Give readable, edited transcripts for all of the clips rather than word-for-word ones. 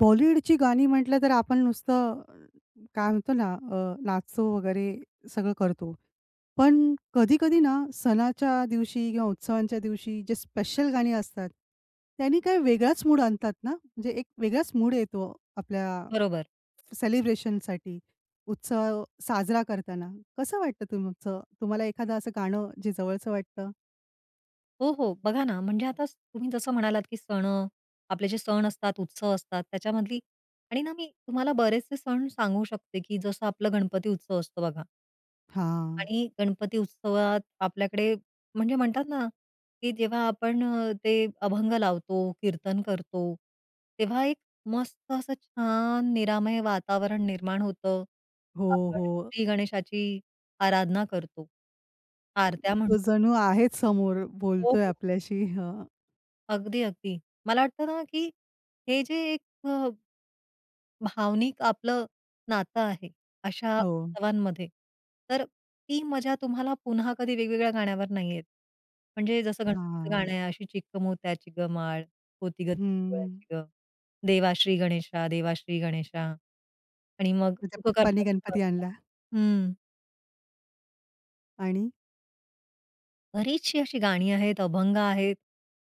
बॉलिवूडची गाणी म्हटलं तर आपण नुसतं काय म्हणतो ना नाचतो वगैरे सगळं करतो. पण कधी-कधी ना सणाच्या दिवशी किंवा उत्सवांच्या दिवशी जे स्पेशल गाणी असतात, त्यांनी काही वेगळाच मूड आणतात ना, म्हणजे एक वेगळाच मूड येतो आपल्या बरोबर. सेलिब्रेशनसाठी, उत्सव साजरा करताना. कसं वाटतं तुमचं? तुम्हाला एखादं असं गाणं जे जवळचं वाटतं? हो, हो. बघा ना, म्हणजे आता तुम्ही जसं म्हणालात, की सण, आपले जे सण असतात, उत्सव असतात त्याच्यामधली आणि ना मी तुम्हाला बरेचसे सण सांगू शकते, की जसं आपला गणपती उत्सव असतो बघा हां. आणि गणपती उत्सवात आपल्याकडे म्हणजे म्हणतात ना, की जेव्हा आपण ते अभंग लावतो, कीर्तन करतो, तेव्हा एक मस्त असं छान निरामय वातावरण निर्माण होतं. हो, आपण हो. श्री गणेशाची आराधना करतो. आरत्या तो म्हणतो. जणू आहेच समोर हो, बोलतोय हो. आपल्याशी. हं. अगदी, अगदी. मला वाटतं ना, की हे जे एक भावनिक आपलं नातं आहे, अशा हो. उत्सवांमध्ये. तर ती मजा तुम्हाला पुन्हा कधी वेगवेगळ्या गाण्यावर नाही येत. म्हणजे जसं गणपतीचं हां. गाणं आहे, "अशी चिक्क मोत्याची ग माळ, होती ग ती हं. सोहळ्याची ग, देवाश्री गणेशा, देवाश्री गणेशा" आणि मग त्याच्या "सुख पप्पांनी करता दुःख गणपती हरता." आणला हं. आणि? बरीचशी अशी गाणी आहेत, अभंग आहेत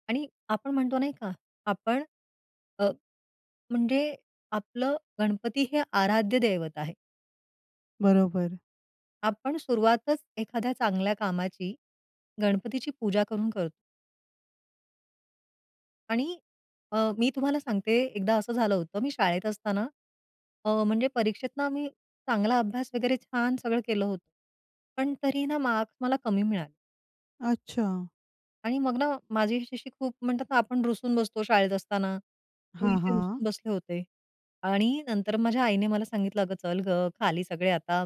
आणि आपण म्हणतो नाही का, आपण म्हणजे आपलं गणपती हे आराध्य दैवत आहे. बरोबर. आपण सुरुवातच एखाद्या चांगल्या कामाची गणपतीची पूजा करून करतो आणि मी तुम्हाला सांगते एकदा असं झालं होतं मी शाळेत असताना म्हणजे परीक्षेत ना मी चांगला अभ्यास वगैरे छान सगळं केलं होतं. पण तरी ना मार्क्स मला कमी मिळाले. अच्छा. आणि मग ना, माझी हिच्याशी खूप म्हणतात ना, आपण रुसून बसतो शाळेत असताना. हां, थोडीशी हां. रुसून बसले होते. आणि नंतर माझ्या आईने मला सांगितलं, "अगं चल गं, खाली सगळे आता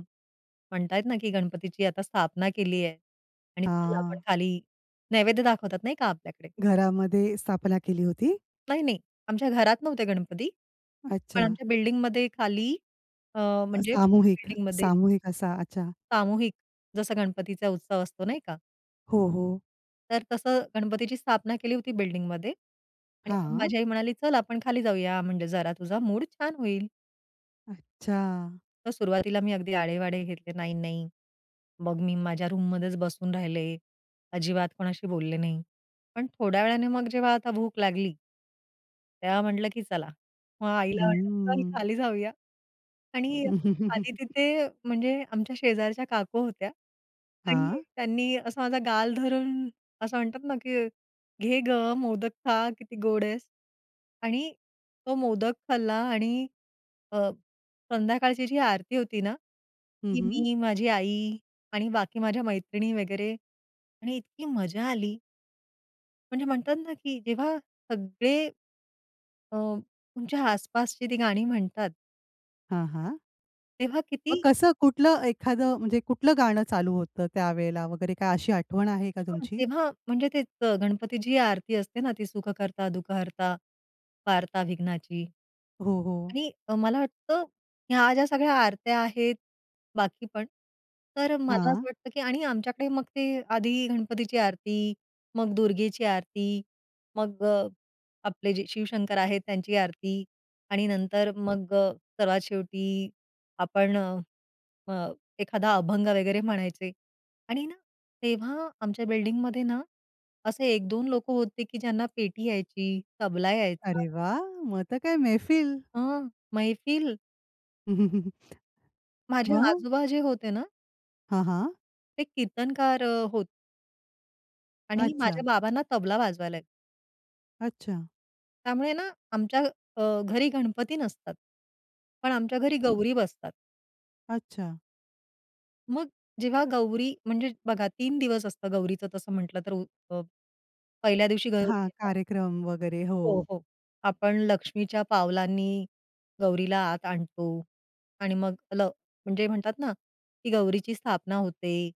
म्हणतायत ना, की गणपतीची आता स्थापना केली आहे आणि चल आपण हां. खाली" नैवेद्य दाखवतात नाही का आपल्याकडे. घरामध्ये स्थापना केली होती? नाही, नाही, आमच्या घरात नव्हते गणपती. पण अच्छा. आमच्या बिल्डिंगमध्ये खाली अ, म्हणजे सामूहिक, बिल्डिंगमध्ये सामूहिक असा. अच्छा. सामूहिक जसा गणपतीचा उत्सव असतो नाही का? हो, हो. तर तसं गणपतीची स्थापना केली होती बिल्डिंगमध्ये आणि मग हं. हां. माझी आई म्हणाली, "चल आपण खाली जाऊया म्हणजे जरा तुझा मूड छान होईल." अच्छा. तर सुरुवातीला मी अगदी आढेवाढे घेतले, "नाही, नाही, मग मी माझ्या रूममध्येच बसून राहिले. अजिबात कोणाशी बोलले नाही. पण थोड्या वेळाने मग जेव्हा आता भूक लागली, तेव्हा म्हटलं, की चला. मग आईला म्हटलं, "चल हं. खाली जाऊया." आणि खाली तिथे म्हणजे आमच्या शेजारच्या काकू होत्या आणि हां. त्यांनी असा माझा गाल धरून असं म्हणतात ना, की "घे गं मोदक खा, किती गोड आहेस." आणि तो मोदक खाल्ला आणि अ, संध्याकाळची जी आरती होती ना, हं, ती हं. मी, माझी आई आणि बाकी माझ्या मैत्रिणी वगैरे आणि इतकी मजा आली. म्हणजे म्हणतात ना, की जेव्हा सगळे अ, तुमच्या आसपासची ती गाणी म्हणतात, हां, हां. तेव्हा मग किती कसं कुठलं एखादं म्हणजे कुठलं गाणं चालू होतं त्यावेळेला वगैरे काय अशी आठवण आहे का हां, तुमची? तेव्हा म्हणजे तेच गणपतीची आरती असते ना, ती सुखकर्ता दुखहर्ता, वार्ता विघ्नाची. हो, हो. आणि मला वाटतं ह्या ज्या सगळ्या आरत्या आहेत, बाकी पण, तर मला हां. असं वाटतं की आणि आमच्याकडे मग ते आधी गणपतीची आरती, मग दुर्गेची आरती, मग आपले जे शिवशंकर आहेत त्यांची आरती आणि नंतर मग सर्वात शेवटी आपण अ, अ, एखादा अभंग वगैरे म्हणायचे आणि ना तेव्हा आमच्या बिल्डिंगमध्ये ना असे 1-2 लोकं होते की ज्यांना पेटी यायची, तबला यायचा. अरे वाह! मग तर काय मैफिल. हां, मैफिल. माझे मग? आजोबा जे होते ना, हां, हां. ते कीर्तनकार होते आणि अच्छा, माझ्या बाबांना तबला वाजवायला येतो. अच्छा, त्यामुळे ना आमच्या घरी गणपती नसतात. पण आमच्या घरी अ, गौरी बसतात. अच्छा. मग जेव्हा गौरी म्हणजे बघा 3 दिवस असतं गौरीचं तसं म्हटलं तर अ, पहिल्या दिवशी गौरी हां, येतात. कार्यक्रम वगैरे. हो. हो, हो. आपण लक्ष्मीच्या पावलांनी गौरीला आत आणतो आणि मग म्हणजे म्हणतात ना, की गौरीची स्थापना होते.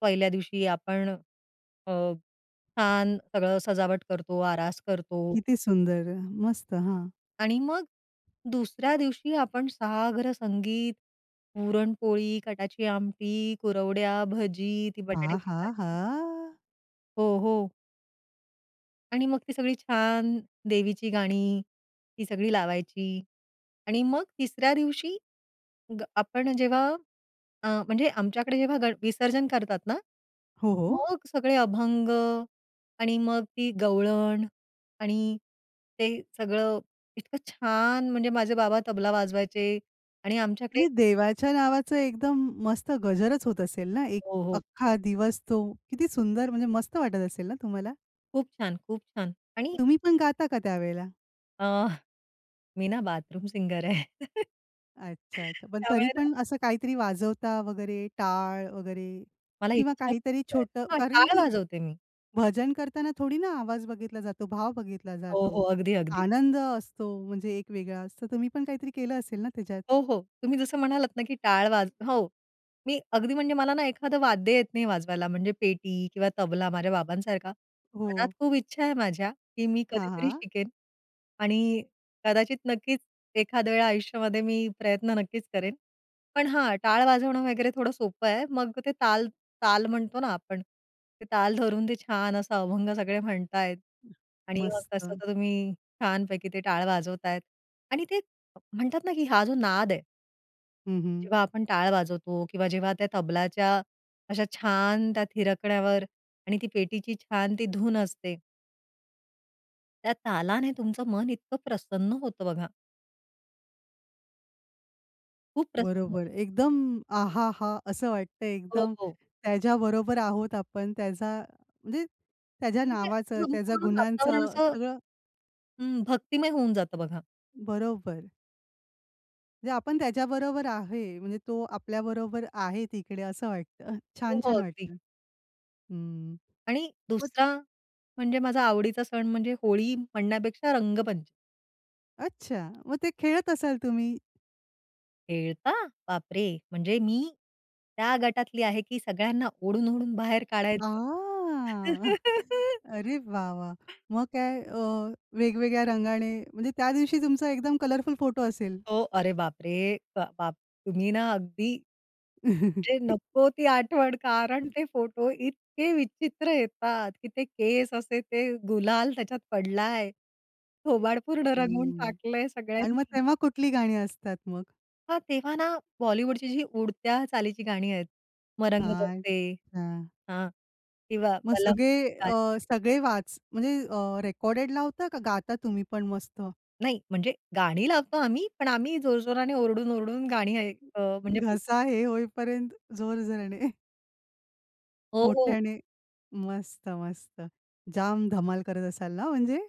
पहिल्या दिवशी आपण अ, छान सगळं सजावट करतो, आरास करतो किती सुंदर. मस्त. हां. आणि मग दुसऱ्या दिवशी आपण सागर संगीत, पुरणपोळी, कटाची आमटी, कुरवड्या, भजी, ती बटाट्याची भाजी आहाहा! हो, हो. आणि मग ती सगळी छान देवीची गाणी, ती सगळी लावायची. आणि मग तिसऱ्या दिवशी आपण जेव्हा म्हणजे आमच्याकडे जेव्हा गण विसर्जन करतात ना, हो, हो. मग सगळे अभंग आणि मग ती गवळण आणि ते सगळं इतकं छान म्हणजे माझे बाबा तबला वाजवायचे आणि आमच्याकडे म्हणजे देवाच्या नावाचं एकदम मस्त गजरच होत असेल ना, एक हो, हो. अख्खा दिवस तो. किती सुंदर म्हणजे मस्त वाटत असेल ना तुम्हाला? खूप छान, खूप छान. आणि तुम्ही पण गाता का त्यावेळेला? अ, मी ना बाथरूम सिंगर आहे. अच्छा, अच्छा. पण तरी त्यामुळे पण असं काहीतरी वाजवता वगैरे टाळ वगैरे मला किंवा इच्छा काहीतरी खूप आहे. छोटं हां, कारण टाळ की वाजवते मी. भजन करताना थोडी ना आवाज बघितला जातो, भाव बघितला हो, जातो. हो. अगदी, अगदी. आनंद असतो म्हणजे एक वेगळा असतो. तुम्ही पण काहीतरी केलं असेल ना त्याच्यात? हो, हो. तुम्ही जसं म्हणालात ना, की टाळ हो. मी अगदी म्हणजे मला ना एखादं वाद्य येत नाही वाजवायला म्हणजे पेटी किंवा तबला माझ्या बाबांसारखा. हो. मनात खूप इच्छा आहे माझ्या, की मी हां, कधीतरी हां. शिकेन आणि कदाचित नक्कीच एखाद्या वेळा आयुष्यामध्ये मी प्रयत्न नक्कीच करेन. पण हां, टाळ वाजवणं वगैरे थोडं सोपं आहे. मग ते ताल ताल म्हणतो ना आपण, ते ताल धरून ते छान असा अभंग सगळे म्हणतायत आणि मग मस्त. तसं तर तुम्ही छानपैकी ते टाळ वाजवतायत आणि ते म्हणतात ना, की हा जो नाद आहे हं, हं. जेव्हा आपण टाळ वाजवतो किंवा जेव्हा त्या तबलाच्या अशा छान त्या थिरकण्यावर आणि ती पेटीची छान ती धून असते. त्या तालाने तुमचं मन इतकं प्रसन्न होतं बघा. खूप प्रसन्न बरोबर. होतं. एकदम आहाहा! असं वाटतं हो, एकदम हो. त्याच्याबरोबर आहोत आपण. त्याचा म्हणजे त्याच्या म्हणजे नावाचं, त्याच्या संपूर्ण वातावरण गुणांचं असं सगळं हं, भक्तिमय होऊन जातं बघा. बरोबर. म्हणजे आपण त्याच्याबरोबर आहे. म्हणजे तो आपल्याबरोबर आहे तिकडे असं वाटतं. हो, छान, हो. छान अगदी. वाटतं. हं. आणि दुसरा म्हणजे माझा आवडीचा सण म्हणजे होळी म्हणण्यापेक्षा रंगपंचमी. अच्छा. मग ते खेळत असाल तुम्ही? खेळता? बापरे! म्हणजे मी त्या गटातली आहे की सगळ्यांना ओढून-ओढून बाहेर आ, काढायचं. अरे वाह, वाह! मग काय वेगवेगळ्या रंगाने म्हणजे त्या दिवशी तुमचा एकदम कलरफुल फोटो असेल. हो, अरे बापरे! ब बाप तुम्ही ना अगदी म्हणजे नको ती आठवण कारण ते फोटो इतके विचित्र येतात, की ते केस असे ते गुलाल त्याच्यात पडलाय. थोबाड पूर्ण रंगवून हं. टाकलंय आणि मग सगळ्यांनी. तेव्हा कुठली गाणी असतात मग? हां, तेव्हा ना बॉलिवूडची जी उडत्या चालीची गाणी आहेत. मरंग अच्छा. बरसे हां, किंवा मग बलम सगळे शिकारी सगळे वाच म्हणजे रेकॉर्डेड लावता का गाता तुम्ही पण मस्त? नाही म्हणजे गाणी लावतो आम्ही, पण आम्ही जोरजोराने ओरडून-ओरडून गाणी म्हणजे बोलतो. घसा हे होईपर्यंत जोरजोराने, हो, हो. मोठ्याने. मस्त, मस्त. जाम धमाल करत असाल ना म्हणजे?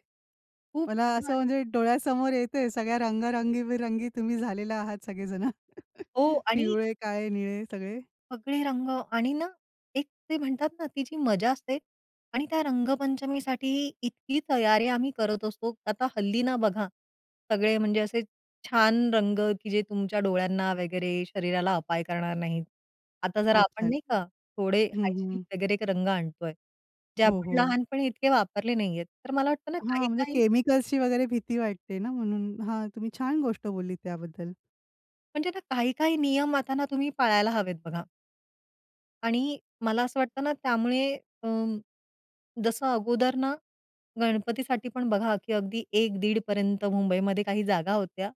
खूप मला असं धमाल. म्हणजे डोळ्यासमोर येतंय सगळ्या रंगारंगीबेरंगी तुम्ही झालेला आहात सगळेजण. हो आणि पिवळे, काळे, निळे सगळे. सगळे रंग आणि ना एक ते म्हणतात ना ती जी मजा असते आणि त्या रंगपंचमीसाठी इतकी तयारी आम्ही करत असतो. आता हल्ली ना बघा, सगळे म्हणजे असे छान रंग की जे तुमच्या डोळ्यांना वगैरे शरीराला अपाय करणार नाहीत. आता जरा आपण अच्छा. नाही का थोडे हं, हायजिनिक हं. वगैरे रंग आणतोय, जे हो, हो. आपण लहानपणी इतके वापरले नाहीयेत. तर मला वाटतं ना हां, म्हणजे काही-काही केमिकल्सची वगैरे भीती वाटते ना म्हणून. हां, तुम्ही छान गोष्ट बोललीत त्याबद्दल. म्हणजे ना काही-काही नियम आता ना तुम्ही पाळायला हवेत बघा. आणि मला असं वाटतं ना त्यामुळे अं, जसं अगोदर ना गणपतीसाठी पण बघा की अगदी 1-1.5 पर्यंत मुंबईमध्ये काही जागा होत्या.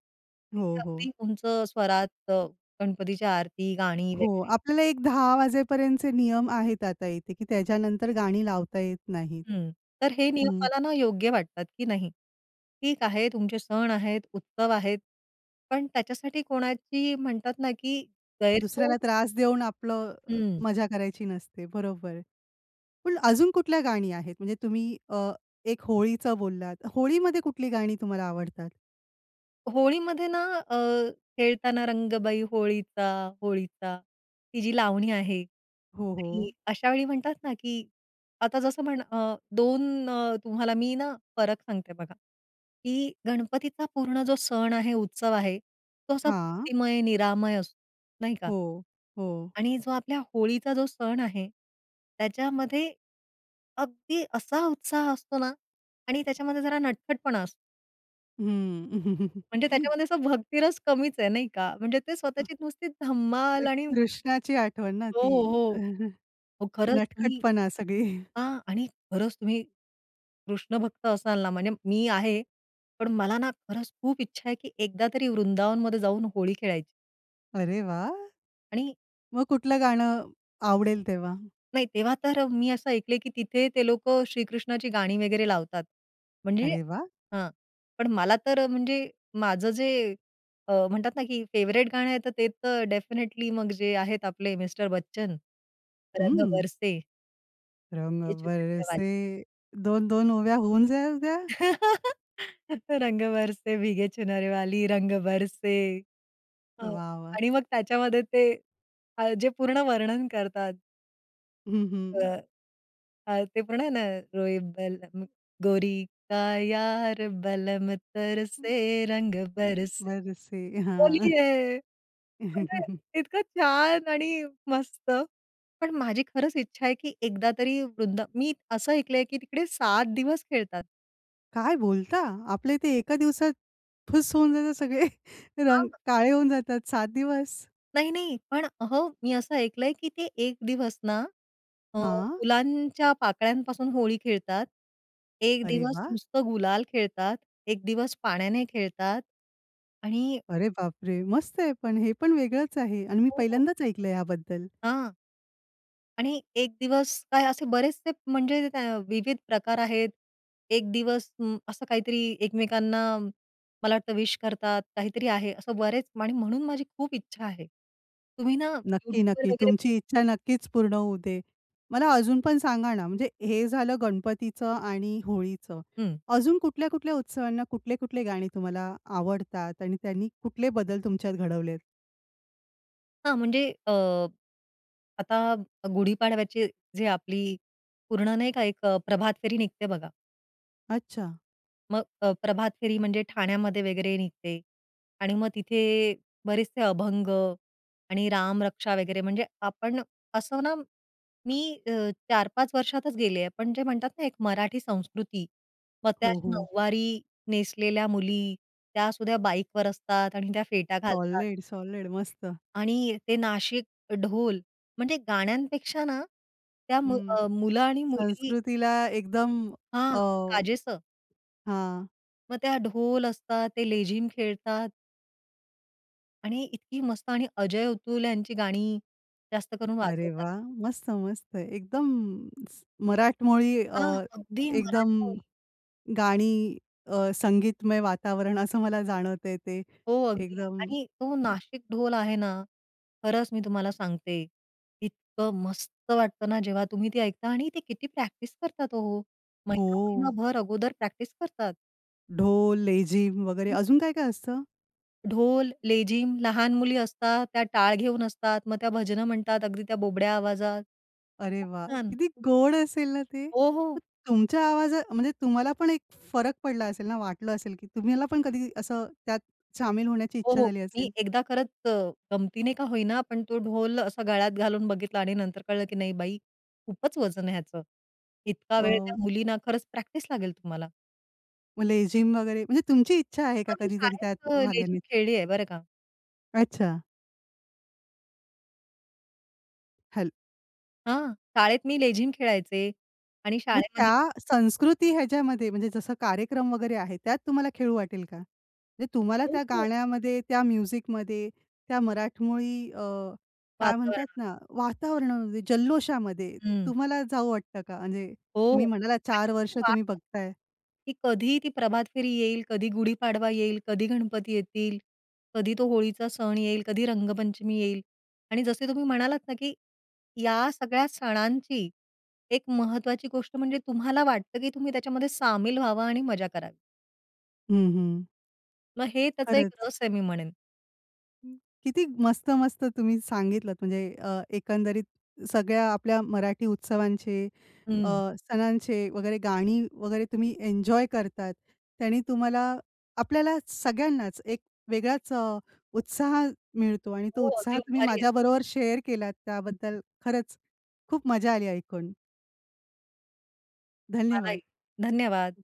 हो, तिथे हो. अगदी उंच स्वरात गणपतीची आरती, गाणी हो, वगैरे आपल्याला एक 10 वाजेपर्यंतचे नियम आहेत आता इथे, की त्याच्यानंतर गाणी लावता येत नाहीत. हं. तर हे नियम हं. मला ना योग्य वाटतात, की नाही. ठीक आहे तुमचे सण आहेत, उत्सव आहेत, पण त्याच्यासाठी कोणाची म्हणतात ना की गैरसोय दुसऱ्याला त्रास देऊन आपलं हं. मजा करायची नसते. बरोबर. पण अजून कुठल्या गाणी आहेत? म्हणजे तुम्ही एक होळीचं बोललात. होळीमध्ये कुठली गाणी तुम्हाला आवडतात? होळीमध्ये ना अ, खेळताना रंगबाई होळीचा, ती जी लावणी आहे हो, हो. आणि अशा वेळी म्हणतात ना, की आता जसं 2 तुम्हाला मी ना फरक सांगते बघा, की गणपतीचा पूर्ण जो सण आहे, उत्सव आहे, तो असा हां. भक्तिमय, निरामय असतो, नाही का? हो, हो. आणि जो आपल्या होळीचा जो सण आहे, त्याच्यामध्ये अगदी असा उत्साह असतो ना आणि त्याच्यामध्ये जरा नटखटपणा असतो. हं. म्हणजे त्याच्यामध्ये असा भक्तिरस कमीच आहे, नाही का? म्हणजे ते अ, स्वतःची नुसती ते धम्माल आणि कृष्णाची आठवण ना हो, ती हो. हो, खरंच तुम्ही नटखटपणा सगळी. हां आणि खरंच तुम्ही कृष्ण भक्त असाल ना, म्हणजे मी आहे. पण मला ना खरंच खूप इच्छा आहे, की एकदा तरी वृंदावनमध्ये जाऊन होळी खेळायची अरे वाह! आणि मग कुठलं गाणं आवडेल तेव्हा? नाही, तेव्हा तर मी असं ऐकलंय, की तिथे ते लोकं श्रीकृष्णाची गाणी वगैरे लावतात. म्हणजे अरे वाह! हां. पण मला तर म्हणजे माझं जे म्हणतात ना, की फेवरेट गाणं आहे, तर ते तर डेफिनेटली मग जे आहेत आपले मिस्टर बच्चन, "रंग हं. बरसे रंग भीगे चुनरिया वाली." बरसे 2-2 ओव्या होऊन जाऊ द्या. "रंग बरसे भीगे चुनरी वाली, रंग बरसे." हं. वाह, वाह! आणि मग त्याच्यामध्ये ते जे पूर्ण वर्णन करतात. हं, हं. अ, अ, ते पण आहे ना, "रोय बलम गोरी का यार बलम तरसे रंग बरसे." बरसे. हां. बोली आहे. म्हणजे इतकं छान आणि मस्त. पण माझी खरंच इच्छा आहे, की एकदा तरी मी असं ऐकलंय, की तिकडे 7 दिवस खेळतात. काय बोलता? आपल्या इथे एका दिवसात फुस होऊन जातात सगळे रंग काळे होऊन जातात 7 दिवस. नाही, नाही. पण हो, मी असं ऐकलंय, की ते एक दिवस ना अ, हां. फुलांच्या पाकळ्यांपासून होळी खेळतात. एक अरे दिवस वाह! नुसतं गुलाल खेळतात, एक दिवस पाण्याने खेळतात आणि अरे बापरे! मस्त आहे पण हे पण वेगळंच आहे आणि मी हो, हो. पहिल्यांदाच ऐकलं ह्याबद्दल. हां. आणि एक दिवस काय असे बरेचसे म्हणजे त्या विविध प्रकार आहेत. एक दिवस असं काहीतरी एकमेकांना मला वाटतं विश करतात, काहीतरी आहे. असं बरेच आणि म्हणून माझी खूप इच्छा आहे. तुम्ही ना नक्की, YouTubeवर नक्की. वगैरे पण तुमची इच्छा नक्कीच पूर्ण होऊ दे. मला अजून पण सांगा ना, म्हणजे हे झालं गणपतीचं आणि होळीचं. अजून कुठल्या-कुठल्या उत्सवांना कुठले-कुठले गाणी तुम्हाला आवडतात आणि त्यांनी कुठले बदल तुमच्यात घडवलेत? हां, म्हणजे आता गुढीपाडव्याची जी आपली पूर्ण नाही का एक प्रभात फेरी निघते बघा. अच्छा. मग प्रभात फेरी म्हणजे ठाण्यामध्ये वगैरे निघते आणि मग तिथे बरेचसे अभंग आणि रामरक्षा वगैरे म्हणजे आपण असं ना मी अ, 4-5 वर्षातच गेले आहे. पण जे म्हणतात ना एक मराठी संस्कृती, मग त्या हो, अशा हो. नऊवारी नेसलेल्या मुली, त्या सुद्धा बाईकवर असतात आणि त्या फेटा घालतात. Solid, solid. मस्त. आणि ते नाशिक ढोल म्हणजे गाण्यांपेक्षा ना त्या हं. मुलं आणि मुली संस्कृतीला एकदम हां, अ, काजेचं. हां. मग त्या ढोल असतात, ते लेझीम खेळतात आणि इतकी मस्त आणि अजय अतुल यांची गाणी जास्त करून अरे वाजवतात. वाह! मस्त, मस्त. एकदम स मराठमोळी हां, अगदी एकदम मराठमोळी. गाणी संगीतमय वातावरण असं मला जाणवतंय ते. हो, अगदी एकदम आणि तो नाशिक ढोल आहे ना, खरंच मी तुम्हाला सांगते, इतकं मस्त वाटतं ना जेव्हा तुम्ही ते ऐकता आणि ते किती प्रॅक्टिस करतात ओ. हो. महिना-महिनाभर अगोदर प्रॅक्टिस करतात. ढोल, लेझीम वगैरे अजून काय काय असतं? ढोल, लेझीम लहान मुली असतात, त्या टाळ घेऊन असतात. मग त्या भजनं म्हणतात अगदी त्या बोबड्या आवाजात. अरे खूप वा, छान. किती गोड असेल ना ते. हो, मग हो. तुमच्या आवाजा म्हणजे तुम्हाला पण एक फरक पडला असेल ना, वाटलं असेल की तुम्हाला पण कधी असं त्यात सामील होण्याची हो, इच्छा हो. झाली मी असेल? एकदा खरंच गमतीने का होईना, पण तो ढोल असा गळ्यात घालून बघितला आणि नंतर कळलं की नाही बाई, खूपच वजन आहे ह्याचं. इतका वेळ त्या मुलींना खरंच प्रॅक्टिस लागेल तुम्हाला. मग लेझीम वगैरे म्हणजे तुमची इच्छा आहे का हां, मी कधीतरी शाळेत त्यात भाग लेझीम घेण्याची? खेळली आहे बरं का. अच्छा. हल हां, शाळेत मी लेझीम खेळायचे आणि मग शाळेमध्ये त्या संस्कृती ह्याच्यामध्ये म्हणजे जसं कार्यक्रम वगैरे आहे, त्यात तुम्हाला खेळू वाटेल का? म्हणजे तुम्हाला हो, त्या हो. गाण्यामध्ये, त्या म्युझिकमध्ये, त्या मराठमोळी काय म्हणतात वातावरण. ना, वातावरणामध्ये, जल्लोषामध्ये हं. तुम्हाला जाऊ वाटतं का? म्हणजे हो. तुम्ही म्हणालात 4 वर्ष तुम्ही वाट बघताय. की कधी ती प्रभात फेरी येईल, कधी गुढीपाडवा येईल, कधी गणपती येतील, कधी तो होळीचा सण येईल, कधी रंगपंचमी येईल. आणि जसे तुम्ही म्हणालात ना, की या सगळ्या सणांची एक महत्त्वाची गोष्ट म्हणजे तुम्हाला वाटतं, की तुम्ही त्याच्यामध्ये सामील व्हावं आणि मजा करावी. हं, हं. मग हे त्याचा एक खरंच. रस आहे मी म्हणेन. हं. किती मस्त, मस्त तुम्ही सांगितलंत म्हणजे एकंदरीत सगळ्या आपल्या मराठी उत्सवांचे अ, हं. सणांचे वगैरे गाणी वगैरे तुम्ही एन्जॉय करतात. त्याने तुम्हाला आपल्याला सगळ्यांनाच एक वेगळाच उत्साह मिळतो आणि तो हो, उत्साह अगदी तुम्ही उभारी आहे. माझ्याबरोबर शेअर केलात त्याबद्दल खरंच खूप मजा आली ऐकून. धन्यवाद. मलाही. धन्यवाद.